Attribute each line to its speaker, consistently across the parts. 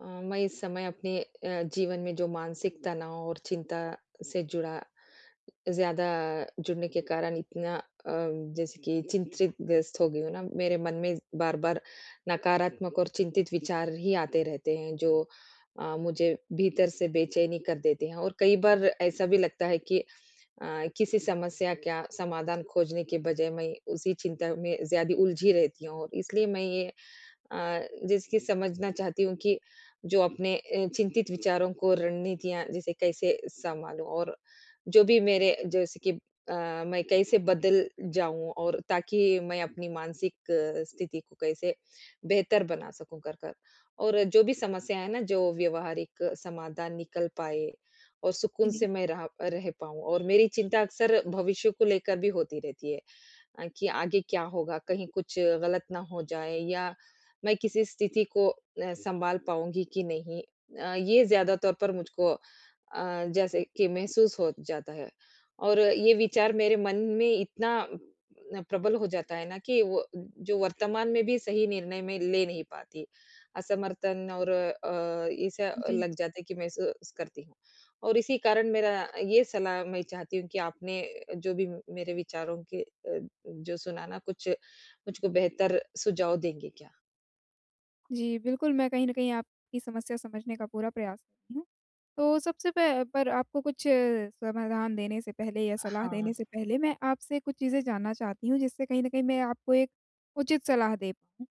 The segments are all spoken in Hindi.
Speaker 1: मैं इस समय अपने जीवन में जो मानसिक तनाव और चिंता से जुड़ा ज़्यादा जुड़ने के कारण इतना जैसे कि चिंतित ग्रस्त हो गई हूँ ना, मेरे मन में बार-बार नकारात्मक और चिंतित विचार ही आते रहते हैं जो मुझे भीतर से बेचैनी कर देते हैं और कई बार ऐसा भी लगता है कि किसी समस्या का समाधान खोजने के बजाय मैं उसी चिंता में ज़्यादा उलझी रहती हूँ और इसलिए मैं ये जिसकी समझना चाहती हूँ कि जो अपने चिंतित विचारों को रणनीतियाँ जैसे कैसे संभालूँ और जो भी मेरे जैसे कि अ, मैं कैसे बदल जाऊँ और ताकि मैं अपनी मानसिक स्थिति को कैसे बेहतर बना सकूँ कर कर और जो भी समस्या है ना जो व्यवहारिक समाधान निकल पाए और सुकून से
Speaker 2: जी,
Speaker 1: मैं रह रह पाऊँ और मेरी चिंता अक्सर भविष्य को लेकर भी होती रहती है कि आगे क्या होगा? कहीं कुछ गलत ना हो जाए या मैं किसी स्थिति को सँभाल पाऊँगी कि नहीं? ये ज़्यादा तौर पर मुझको जैसे कि महसूस हो जाता है और ये विचार मेरे मन में इतना प्रबल हो जाता है ना कि वो जो वर्तमान में भी सही निर्णय मैं ले नहीं पाती। असमर्थन और ऐसा
Speaker 2: जी,
Speaker 1: लग जाता है कि महसूस करती हूँ और इसी कारण मेरा ये सलाह मैं चाहती हूँ कि आपने जो भी मेरे विचारों के अ जो सुनाना कुछ मुझको बेहतर सुझाव देंगे क्या?
Speaker 2: जी, बिल्कुल, मैं कहीं न कहीं आपकी समस्या समझने का पूरा प्रयास कर रही हूँ। तो सबसे प पर आपको कुछ समाधान देने से पहले या सलाह
Speaker 1: हाँ,
Speaker 2: देने से पहले मैं आपसे कुछ चीज़ें जानना चाहती हूँ, जिससे कहीं न कहीं मैं आपको एक उचित सलाह दे पाऊँ।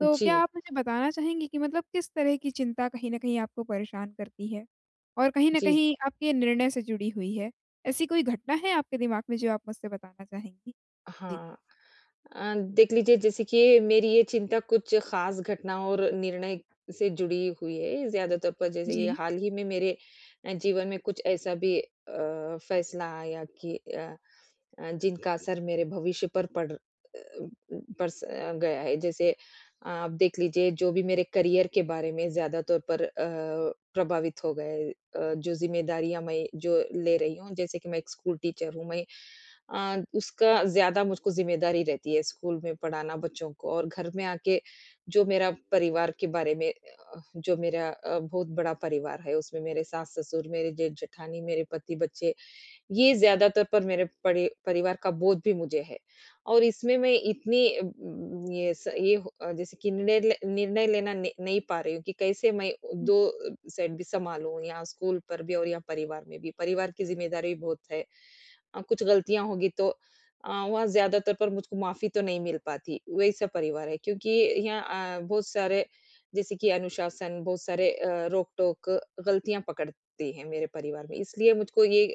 Speaker 2: तो क्या
Speaker 1: जी,
Speaker 2: आप मुझे बताना चाहेंगी कि मतलब किस तरह की चिंता कहीं न कहीं आपको परेशान करती है? और कहीं न
Speaker 1: जी,
Speaker 2: कहीं आपके निर्णय से जुड़ी हुई है? ऐसी कोई घटना है आपके दिमाग में जो आप मुझसे बताना चाहेंगी? जी।
Speaker 1: हाँ। देख लीजिए जैसे कि मेरी ये चिंता कुछ ख़ास घटना और निर्णय से जुड़ी हुई है, ज़्यादातर पर जैसे ये
Speaker 2: जी।
Speaker 1: हाल ही में मेरे जीवन में कुछ ऐसा भी फैसला आया कि जिनका असर मेरे भविष्य पर पड़ गया है। जैसे आप देख लीजिए जो भी मेरे करियर के बारे में ज़्यादा तौर पर प्रभावित हो गए। जो ज़िम्मेदारियाँ मैं जो ले रही हूँ, जैसे कि मैं एक स्कूल टीचर हूँ, मैं उसका ज़्यादा मुझको ज़िम्मेदारी रहती है स्कूल में पढ़ाना बच्चों को और घर में आके जो मेरा परिवार के बारे में जो मेरा बहुत बड़ा परिवार है, उसमें मेरे सास-ससुर, मेरे जेठ-जेठानी, मेरे पति, बच्चे ये ज़्यादातर पर मेरे परिवार का बोझ भी मुझे है और इसमें मैं इतनी अ, उम, ये स ये हो अ, जैसे कि निर्णय लेना न नहीं पा रही हूँ कि कैसे मैं
Speaker 2: हुँ,
Speaker 1: 2 साइड भी सँभालूँ, यहाँ स्कूल पर भी और यहाँ परिवार में भी। परिवार की ज़िम्मेदारी भी बहुत है। कुछ गलतियाँ होगी तो वहाँ ज़्यादातर पर मुझको माफ़ी तो नहीं मिल पाती, वैसा परिवार है। क्योंकि यहाँ बहुत सारे जैसे कि अनुशासन, बहुत सारे रोक-टोक, गलतियाँ पकड़ती हैं मेरे परिवार में। इसलिए मुझको ये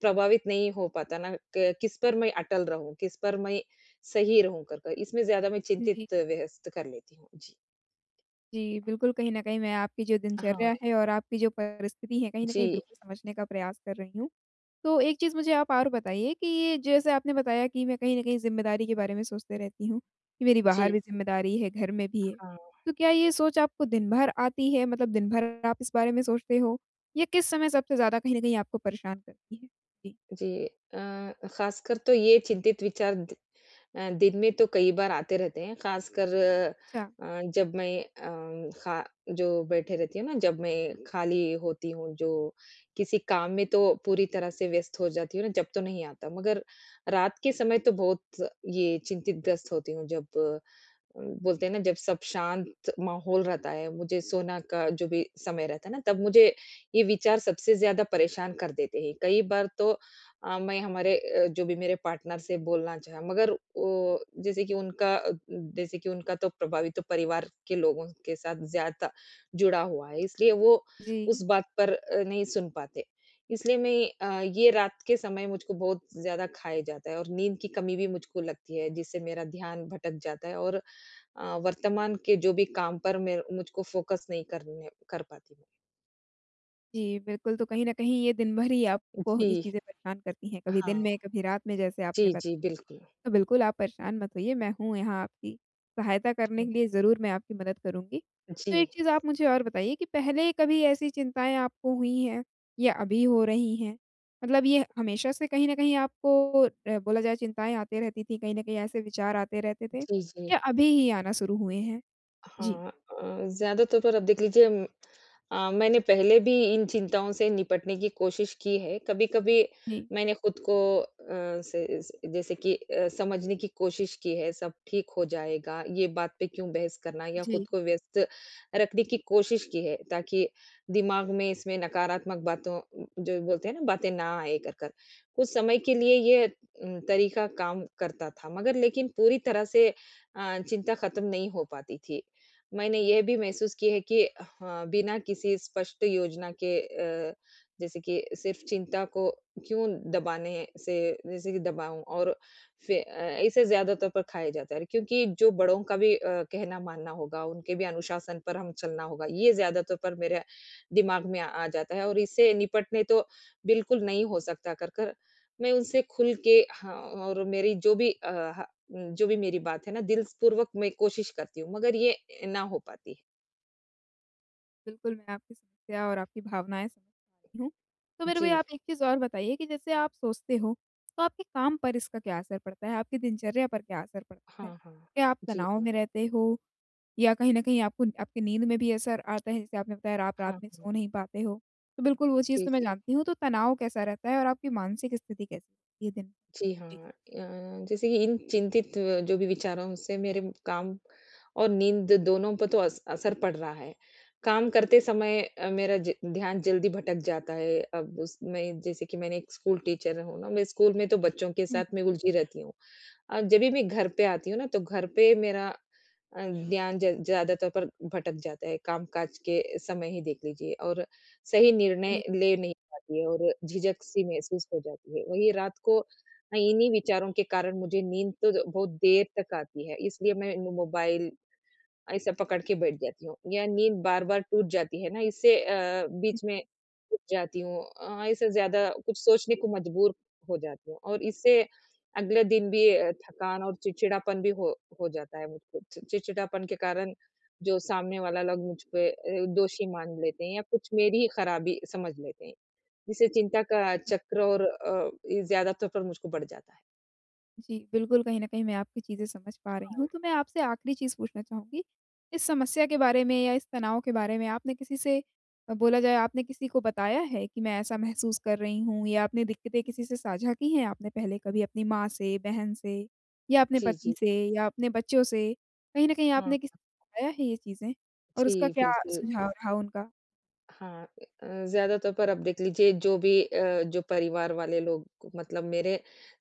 Speaker 1: प्रभावित नहीं हो पाता ना क किस पर मैं अटल रहूँ, किस पर मैं सही रहूँ कर कर, इसमें ज़्यादा मैं
Speaker 2: जी।
Speaker 1: चिंतित व्यस्त कर लेती हूँ। जी।
Speaker 2: जी, बिल्कुल, कहीं न कहीं मैं आपकी जो दिनचर्या
Speaker 1: हाँ।
Speaker 2: है और आपकी जो परिस्थिति है, कहीं न कहीं
Speaker 1: जी,
Speaker 2: बिल्कुल समझने का प्रयास कर रही हूँ। तो एक चीज़ मुझे आप और बताइए कि ये जैसे आपने बताया कि मैं कहीं न कहीं ज़िम्मेदारी के बारे में सोचते रहती हूँ, कि मेरी बाहर
Speaker 1: जी।
Speaker 2: भी ज़िम्मेदारी है, घर में भी है।
Speaker 1: हाँ।
Speaker 2: तो क्या ये सोच आपको दिन भर आती है? मतलब दिन भर आप इस बारे में सोचते हो? या किस समय सबसे ज़्यादा कहीं न कहीं आपको परेशान करती है? जी।
Speaker 1: जी, ख़ासकर तो ये चिंतित विचार दिन में तो कई बार आते रहते हैं, ख़ासकर
Speaker 2: अच्छा,
Speaker 1: जब मैं अ, खा जो बैठे रहती हूँ ना, जब मैं खाली होती हूँ, जो किसी काम में तो पूरी तरह से व्यस्त हो जाती हूँ ना, जब तो नहीं आता। मगर रात के समय तो बहुत ये चिंतित-ग्रस्त होती हूँ, जब बोलते हैं ना जब सब शांत माहौल रहता है, मुझे सोना का जो भी समय रहता है ना, तब मुझे ये विचार सबसे ज़्यादा परेशान कर देते हैं। कई बार तो मैं हमारे जो भी मेरे पार्टनर से बोलना चाहा मगर वो जैसे कि उनका तो प्रभावित तो परिवार के लोगों के साथ ज़्यादा जुड़ा हुआ है, इसलिए वो
Speaker 2: जी।
Speaker 1: उस बात पर नहीं सुन पाते। इसलिए मैं ये रात के समय मुझको बहुत ज़्यादा खाए जाता है और नींद की कमी भी मुझको लगती है, जिससे मेरा ध्यान भटक जाता है और वर्तमान के जो भी काम पर मैं मुझको फोकस नहीं करने कर पाती हूँ।
Speaker 2: जी, बिल्कुल, तो कहीं न कहीं ये दिन भर ही आपको
Speaker 1: जी,
Speaker 2: ये चीज़ें परेशान करती हैं, कभी दिन
Speaker 1: हाँ।
Speaker 2: में, कभी रात में जैसे आपने
Speaker 1: जी,
Speaker 2: बताया।
Speaker 1: जी, बिल्कुल।
Speaker 2: तो बिल्कुल आप परेशान मत होइए, मैं हूँ यहाँ आपकी सहायता करने के लिए ज़रूर मैं आपकी मदद करूँगी।
Speaker 1: जी,
Speaker 2: तो एक चीज़ आप मुझे और बताइए कि पहले कभी ऐसी चिंताएँ आपको हुई हैं या अभी हो रही हैं? मतलब ये हमेशा से कहीं न कहीं आपको बोला जाए चिंताएँ आती रहती थी, कहीं न कहीं ऐसे विचार आते रहते थे
Speaker 1: जी, जी।
Speaker 2: या अभी ही आना शुरू हुए हैं? जी।
Speaker 1: हाँ ज़्यादातर पर आप देख लीजिए मैंने पहले भी इन चिंताओं से निपटने की कोशिश की है। कभी-कभी
Speaker 2: जी,
Speaker 1: मैंने खुद को अ, से स जैसे कि समझने की कोशिश की है, सब ठीक हो जाएगा, ये बात पे क्यों बहस करना या
Speaker 2: जी।
Speaker 1: खुद को व्यस्त रखने की कोशिश की है, ताकि दिमाग में इसमें नकारात्मक बातों जो बोलते हैं ना, बातें ना आए कर कर। कुछ समय के लिए ये तरीका काम करता था मगर लेकिन पूरी तरह से चिंता खत्म नहीं हो पाती थी। मैंने यह भी महसूस की है कि हाँ, बिना किसी स्पष्ट योजना के जैसे कि सिर्फ चिंता को क्यों दबाने से जैसे कि दबाऊँ और ऐसे ज़्यादातर पर खाया जाता है क्योंकि जो बड़ों का भी कहना मानना होगा, उनके भी अनुशासन पर हम चलना होगा, ये ज़्यादातर पर मेरे दिमाग में आ आ जाता है और इससे निपटने तो बिल्कुल नहीं हो सकता कर कर, मैं उनसे खुल के हाँ और मेरी जो भी अ, ह जो भी मेरी बात है ना दिलपूर्वक मैं कोशिश करती हूँ, मगर ये ना हो पाती है।
Speaker 2: बिल्कुल, मैं आपकी समस्या और आपकी भावनाएँ समझ पा रही हूँ। तो मेरे
Speaker 1: जी,
Speaker 2: को ये आप एक चीज़ और बताइए कि जैसे आप सोचते हो, तो आपके काम पर इसका क्या असर पड़ता है? आपकी दिनचर्या पर क्या असर पड़ता है?
Speaker 1: हाँ, हाँ।
Speaker 2: क्या आप
Speaker 1: जी,
Speaker 2: तनाव
Speaker 1: हाँ।
Speaker 2: में रहते हो या कहीं न कहीं आपको आपकी नींद में भी असर आता है? जैसे आपने बताया आप रात
Speaker 1: हाँ,
Speaker 2: में सो
Speaker 1: हाँ।
Speaker 2: नहीं पाते हो। तो बिल्कुल वो चीज़
Speaker 1: जी,
Speaker 2: तो मैं
Speaker 1: जी।
Speaker 2: जानती हूँ, तो तनाव कैसा रहता है और आपकी मानसिक स्थिति कैसी रहती है दिन में?
Speaker 1: जी
Speaker 2: जी।
Speaker 1: हाँ। जैसे कि इन चिंतित जो भी विचारों से मेरे काम और नींद दोनों पर तो अस असर पड़ रहा है। काम करते समय मेरा ज ध्यान जल्दी भटक जाता है। अब उसमें जैसे कि मैंने एक स्कूल टीचर हूँ ना, मैं स्कूल में तो बच्चों के
Speaker 2: हुँ,
Speaker 1: साथ मैं
Speaker 2: हुँ।
Speaker 1: उलझी रहती हूँ। जभी मैं घर पे आती हूँ ना, तो घर पे मेरा ध्यान ज ज़्यादातर पर भटक जाता है। काम-काज के समय ही देख लीजिए और सही निर्णय ले नहीं पाती है और झिझक-सी महसूस हो जाती है। वहीं रात को हाँ, इन्हीं विचारों के कारण मुझे नींद तो ज बहुत देर तक आती है, इसलिए मैं मो मोबाइल ऐसा पकड़ के बैठ जाती हूँ। या नींद बार-बार टूट जाती है ना, इससे बीच में उठ जाती हूँ ऐसे ज़्यादा कुछ सोचने को मजबूर हो जाती हूँ और इससे अगले दिन भी थकान और चिड़चिड़ापन भी हो जाता है मुझको। चि चिड़चिड़ापन के कारण जो सामने वाला लोग मुझ पे दोषी मान लेते हैं या कुछ मेरी ही खराबी समझ लेते हैं, जिससे चिंता का चक्र और ये ज़्यादातर पर मुझको बढ़ जाता है।
Speaker 2: जी, बिल्कुल, कहीं न कहीं मैं आपकी चीज़ें समझ पा रही हूँ। तो मैं आपसे आखिरी चीज़ पूछना चाहूँगी, इस समस्या के बारे में या इस तनाव के बारे में आपने किसी से बोला जाए आपने किसी को बताया है कि मैं ऐसा महसूस कर रही हूँ या आपने दिक्कतें किसी से साझा की हैं आपने पहले कभी अपनी माँ से, बहन से या अपने
Speaker 1: जी,
Speaker 2: पति
Speaker 1: जी।
Speaker 2: से या अपने बच्चों से? कहीं न कहीं आपने किसी
Speaker 1: हाँ।
Speaker 2: को बताया है ये चीज़ें और
Speaker 1: जी,
Speaker 2: उसका क्या हुँ।
Speaker 1: बिल्कुल।
Speaker 2: सुझाव रहा उनका?
Speaker 1: हाँ, ज़्यादातर पर अब देख लीजिए जो भी जो परिवार वाले लोग मतलब मेरे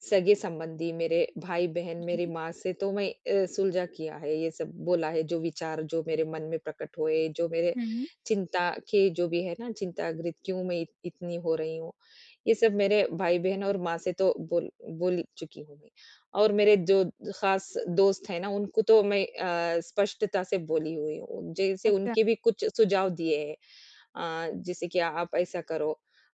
Speaker 1: सगे-संबंधी, मेरे भाई-बहन, मेरी
Speaker 2: जी।
Speaker 1: माँ से तो मैं सुलझा किया है, ये सब बोला है जो विचार जो मेरे मन में प्रकट हुए, जो मेरे
Speaker 2: हुँ।
Speaker 1: चिंता के जो भी है ना चिंतागृत क्यों मैं इत इतनी हो रही हूँ, ये सब मेरे भाई-बहन और माँ से तो बोल बोल चुकी हूँ मैं। और मेरे जो ख़ास दोस्त हैं ना उनको तो मैं स्पष्टता से बोली हुई हूँ, जैसे
Speaker 2: अच्छा।
Speaker 1: उनके भी कुछ सुझाव दिए हैं जैसे कि आप ऐसा करो,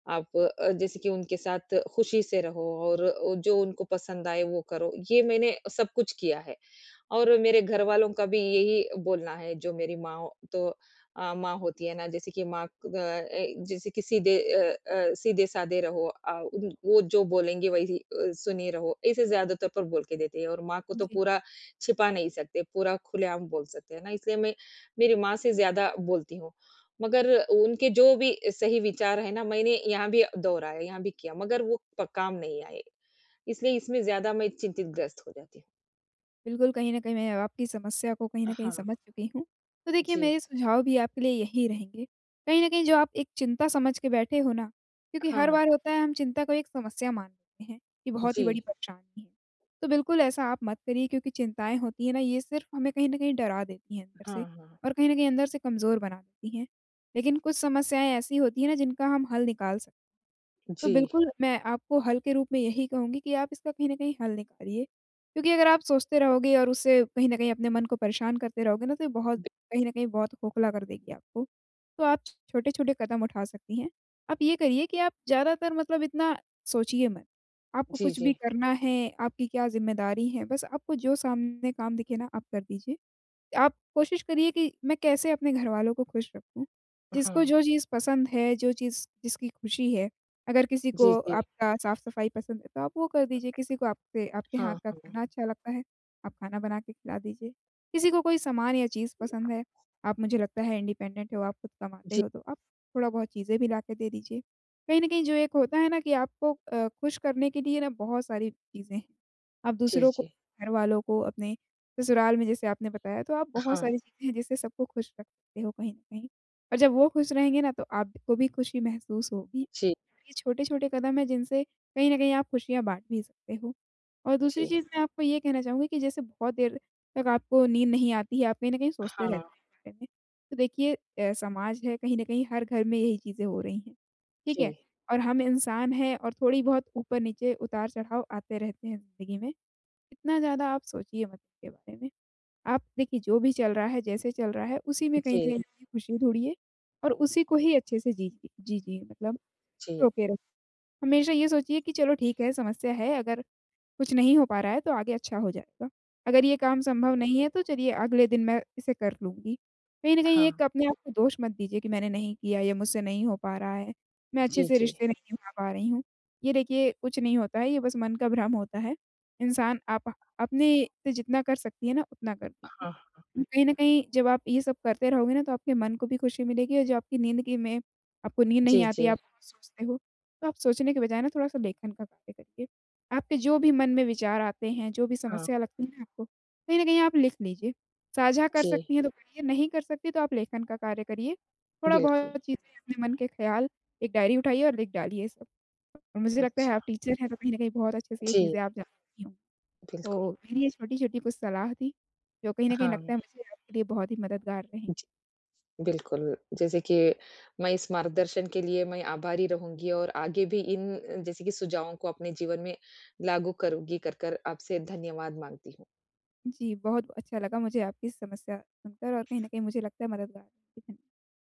Speaker 1: आप जैसे कि उनके साथ खुशी से रहो और जो उनको पसंद आए वो करो। ये मैंने सब कुछ किया है और मेरे घरवालों का भी यही बोलना है, जो मेरी माँ तो माँ होती है ना, जैसे कि माँ क अ ए, जैसे कि सीधे सीधे-साधे रहो उन वो जो बोलेंगे वही सुने रहो, ऐसे ज़्यादातर पर बोल के देते हैं और माँ को तो
Speaker 2: जी।
Speaker 1: पूरा छिपा नहीं सकते, पूरा खुलेआम बोल सकते हैं ना, इसलिए मैं मेरी माँ से ज़्यादा बोलती हूँ। मगर उनके जो भी सही विचार है ना, मैंने यहाँ भी दोहराया, यहाँ भी किया, मगर वो प काम नहीं आए, इसलिए इसमें ज़्यादा मैं चिंतित ग्रस्त हो जाती
Speaker 2: बिल्कुल, कहीं न कहीं मैं आपकी समस्या को कहीं
Speaker 1: हूँ।
Speaker 2: न कहीं समझ
Speaker 1: हाँ।
Speaker 2: चुकी हूँ। तो देखिए
Speaker 1: जी,
Speaker 2: मेरे सुझाव भी आपके लिए यही रहेंगे। कहीं न कहीं जो आप एक चिंता समझ के बैठे हो ना, क्योंकि हर
Speaker 1: हाँ,
Speaker 2: बार होता है हम चिंता को एक समस्या मान लेते हैं, कि बहुत ही
Speaker 1: जी,
Speaker 2: बड़ी परेशानी है। तो बिल्कुल ऐसा आप मत करिए क्योंकि चिंताएँ होती हैं ना, ये सिर्फ़ हमें कहीं न कहीं डरा देती हैं अंदर से
Speaker 1: हाँ, हाँ,
Speaker 2: और कहीं न कहीं अंदर से कमज़ोर बना देती हैं। लेकिन कुछ समस्याएँ ऐसी होती हैं ना जिनका हम हल निकाल सक तो
Speaker 1: जी,
Speaker 2: बिल्कुल, मैं आपको हल के रूप में यही कहूँगी कि आप इसका कहीं न कहीं हल निकालिए। क्योंकि अगर आप सोचते रहोगे और उससे कहीं न कहीं अपने मन को परेशान करते रहोगे ना, तो ये बहुत
Speaker 1: बि
Speaker 2: कहीं न कहीं बहुत खोखला कर देगी आपको। तो आप छोटे-छोटे कदम उठा सकती हैं। आप ये करिए कि आप ज़्यादातर मतलब इतना सोचिए मत। आपको
Speaker 1: जी,
Speaker 2: कुछ भी
Speaker 1: जी,
Speaker 2: करना है, आपकी क्या ज़िम्मेदारी है, बस आपको जो सामने काम दिखे ना, आप कर दीजिए। आप कोशिश करिए कि मैं कैसे अपने घरवालों को खुश रखूँ। जिसको
Speaker 1: हाँ,
Speaker 2: जो चीज़ पसंद है, जो चीज़ जिसकी खुशी है, अगर किसी
Speaker 1: जी,
Speaker 2: को
Speaker 1: जी,
Speaker 2: आपका साफ-सफाई पसंद है, तो आप वो कर दीजिए, किसी को आपसे आपके हाथ
Speaker 1: हाँ,
Speaker 2: का
Speaker 1: हाँ,
Speaker 2: खाना अच्छा लगता है, आप खाना बना के खिला दीजिए। किसी को कोई सामान या चीज़ पसंद है, आप मुझे लगता है इंडिपेंडेंट हो, आप खुद कमाते
Speaker 1: जी,
Speaker 2: हो, तो आप थोड़ा-बहुत चीज़ें भी ला के दे दीजिए। कहीं न कहीं जो एक होता है ना कि आपको खुश करने के लिए ना बहुत सारी चीज़ें हैं। आप
Speaker 1: जी,
Speaker 2: दूसरों को,
Speaker 1: जी,
Speaker 2: घरवालों को, अपने ससुराल में जैसे आपने बताया, तो आप बहुत
Speaker 1: हाँ,
Speaker 2: सारी चीज़ें हैं जिससे सबको खुश रख सकते हो कहीं न कहीं और जब वो खुश रहेंगे ना, तो आपको भी खुशी महसूस होगी।
Speaker 1: जी,
Speaker 2: ये छोटे-छोटे कदम हैं जिनसे कहीं न कहीं आप खुशियाँ बाँट भी सकते हो और दूसरी
Speaker 1: जी,
Speaker 2: चीज़ मैं आपको ये कहना चाहूँगी कि जैसे बहुत देर तक आपको नींद नहीं आती है, आप कहीं न कहीं सोचते
Speaker 1: हाँ,
Speaker 2: रहते हैं इस बारे में। तो देखिए समाज है, कहीं न कहीं हर घर में यही चीज़ें हो रही हैं, ठीक
Speaker 1: जी,
Speaker 2: है? और हम इंसान हैं और थोड़ी बहुत ऊपर-नीचे, उतार-चढ़ाव आते रहते हैं ज़िंदगी में। इतना ज़्यादा आप सोचिए मत इसके बारे में। आप देखिए जो भी चल रहा है, जैसे चल रहा है, उसी में कहीं न कहीं
Speaker 1: जी,
Speaker 2: अपनी खुशी ढूँढिए और उसी को ही अच्छे से जी जी जीजिए मतलब
Speaker 1: जी,
Speaker 2: रोके रख हमेशा ये सोचिए कि चलो ठीक है, समस्या है अगर कुछ नहीं हो पा रहा है तो आगे अच्छा हो जाएगा। अगर ये काम संभव नहीं है तो चलिए अगले दिन मैं इसे कर लूँगी। कहीं न कहीं
Speaker 1: हाँ,
Speaker 2: एक अपने आप को दोष मत दीजिए कि मैंने नहीं किया या मुझसे नहीं हो पा रहा है, मैं अच्छे
Speaker 1: जी,
Speaker 2: से
Speaker 1: जी,
Speaker 2: रिश्ते नहीं निभा पा रही हूँ। ये देखिए कुछ नहीं होता है, ये बस मन का भ्रम होता है। इंसान आप अपने से जितना कर सकती है ना उतना कर दीजिए।
Speaker 1: हाँ,
Speaker 2: तो कहीं न कहीं जब आप ये सब करते रहोगे ना तो आपके मन को भी खुशी मिलेगी और जो आपकी नींद की में आपको नींद
Speaker 1: जी,
Speaker 2: नहीं आती,
Speaker 1: जी,
Speaker 2: आप बहुत सोचते हो, तो आप सोचने के बजाय ना थोड़ा-सा लेखन का कार्य करिए। आपके जो भी मन में विचार आते हैं, जो भी
Speaker 1: हाँ,
Speaker 2: समस्या लगती है ना आपको, कहीं न कहीं आप लिख लीजिए। साझा कर
Speaker 1: जी,
Speaker 2: सकती हैं तो करिए, नहीं कर सकती तो आप लेखन का कार्य करिए।
Speaker 1: बिल्कुल,
Speaker 2: थोड़ा-बहुत चीज़ें अपने मन के ख़्याल एक डायरी उठाइए और लिख डालिए ये सब। और मुझे लगता है
Speaker 1: अच्छा,
Speaker 2: आप टीचर हैं तो कहीं न कहीं बहुत अच्छे से ये
Speaker 1: जी,
Speaker 2: चीज़ें आप जानती होंगी।
Speaker 1: बिल्कुल,
Speaker 2: तो मेरी ये छोटी-छोटी कुछ सलाह थी, जो कहीं न कहीं
Speaker 1: हाँ,
Speaker 2: लगता है मुझे आपके लिए बहुत ही मददगार रहेंगी।
Speaker 1: जी। बिल्कुल, जैसे कि मैं इस मार्गदर्शन के लिए मैं आभारी रहूँगी और आगे भी इन जैसे कि सुझावों को अपने जीवन में लागू करूँगी कर कर आपसे धन्यवाद माँगती हूँ।
Speaker 2: जी, बहुत अच्छा लगा मुझे आपकी समस्या सुनकर और कहीं न कहीं मुझे लगता है मददगार होंगी। धन्य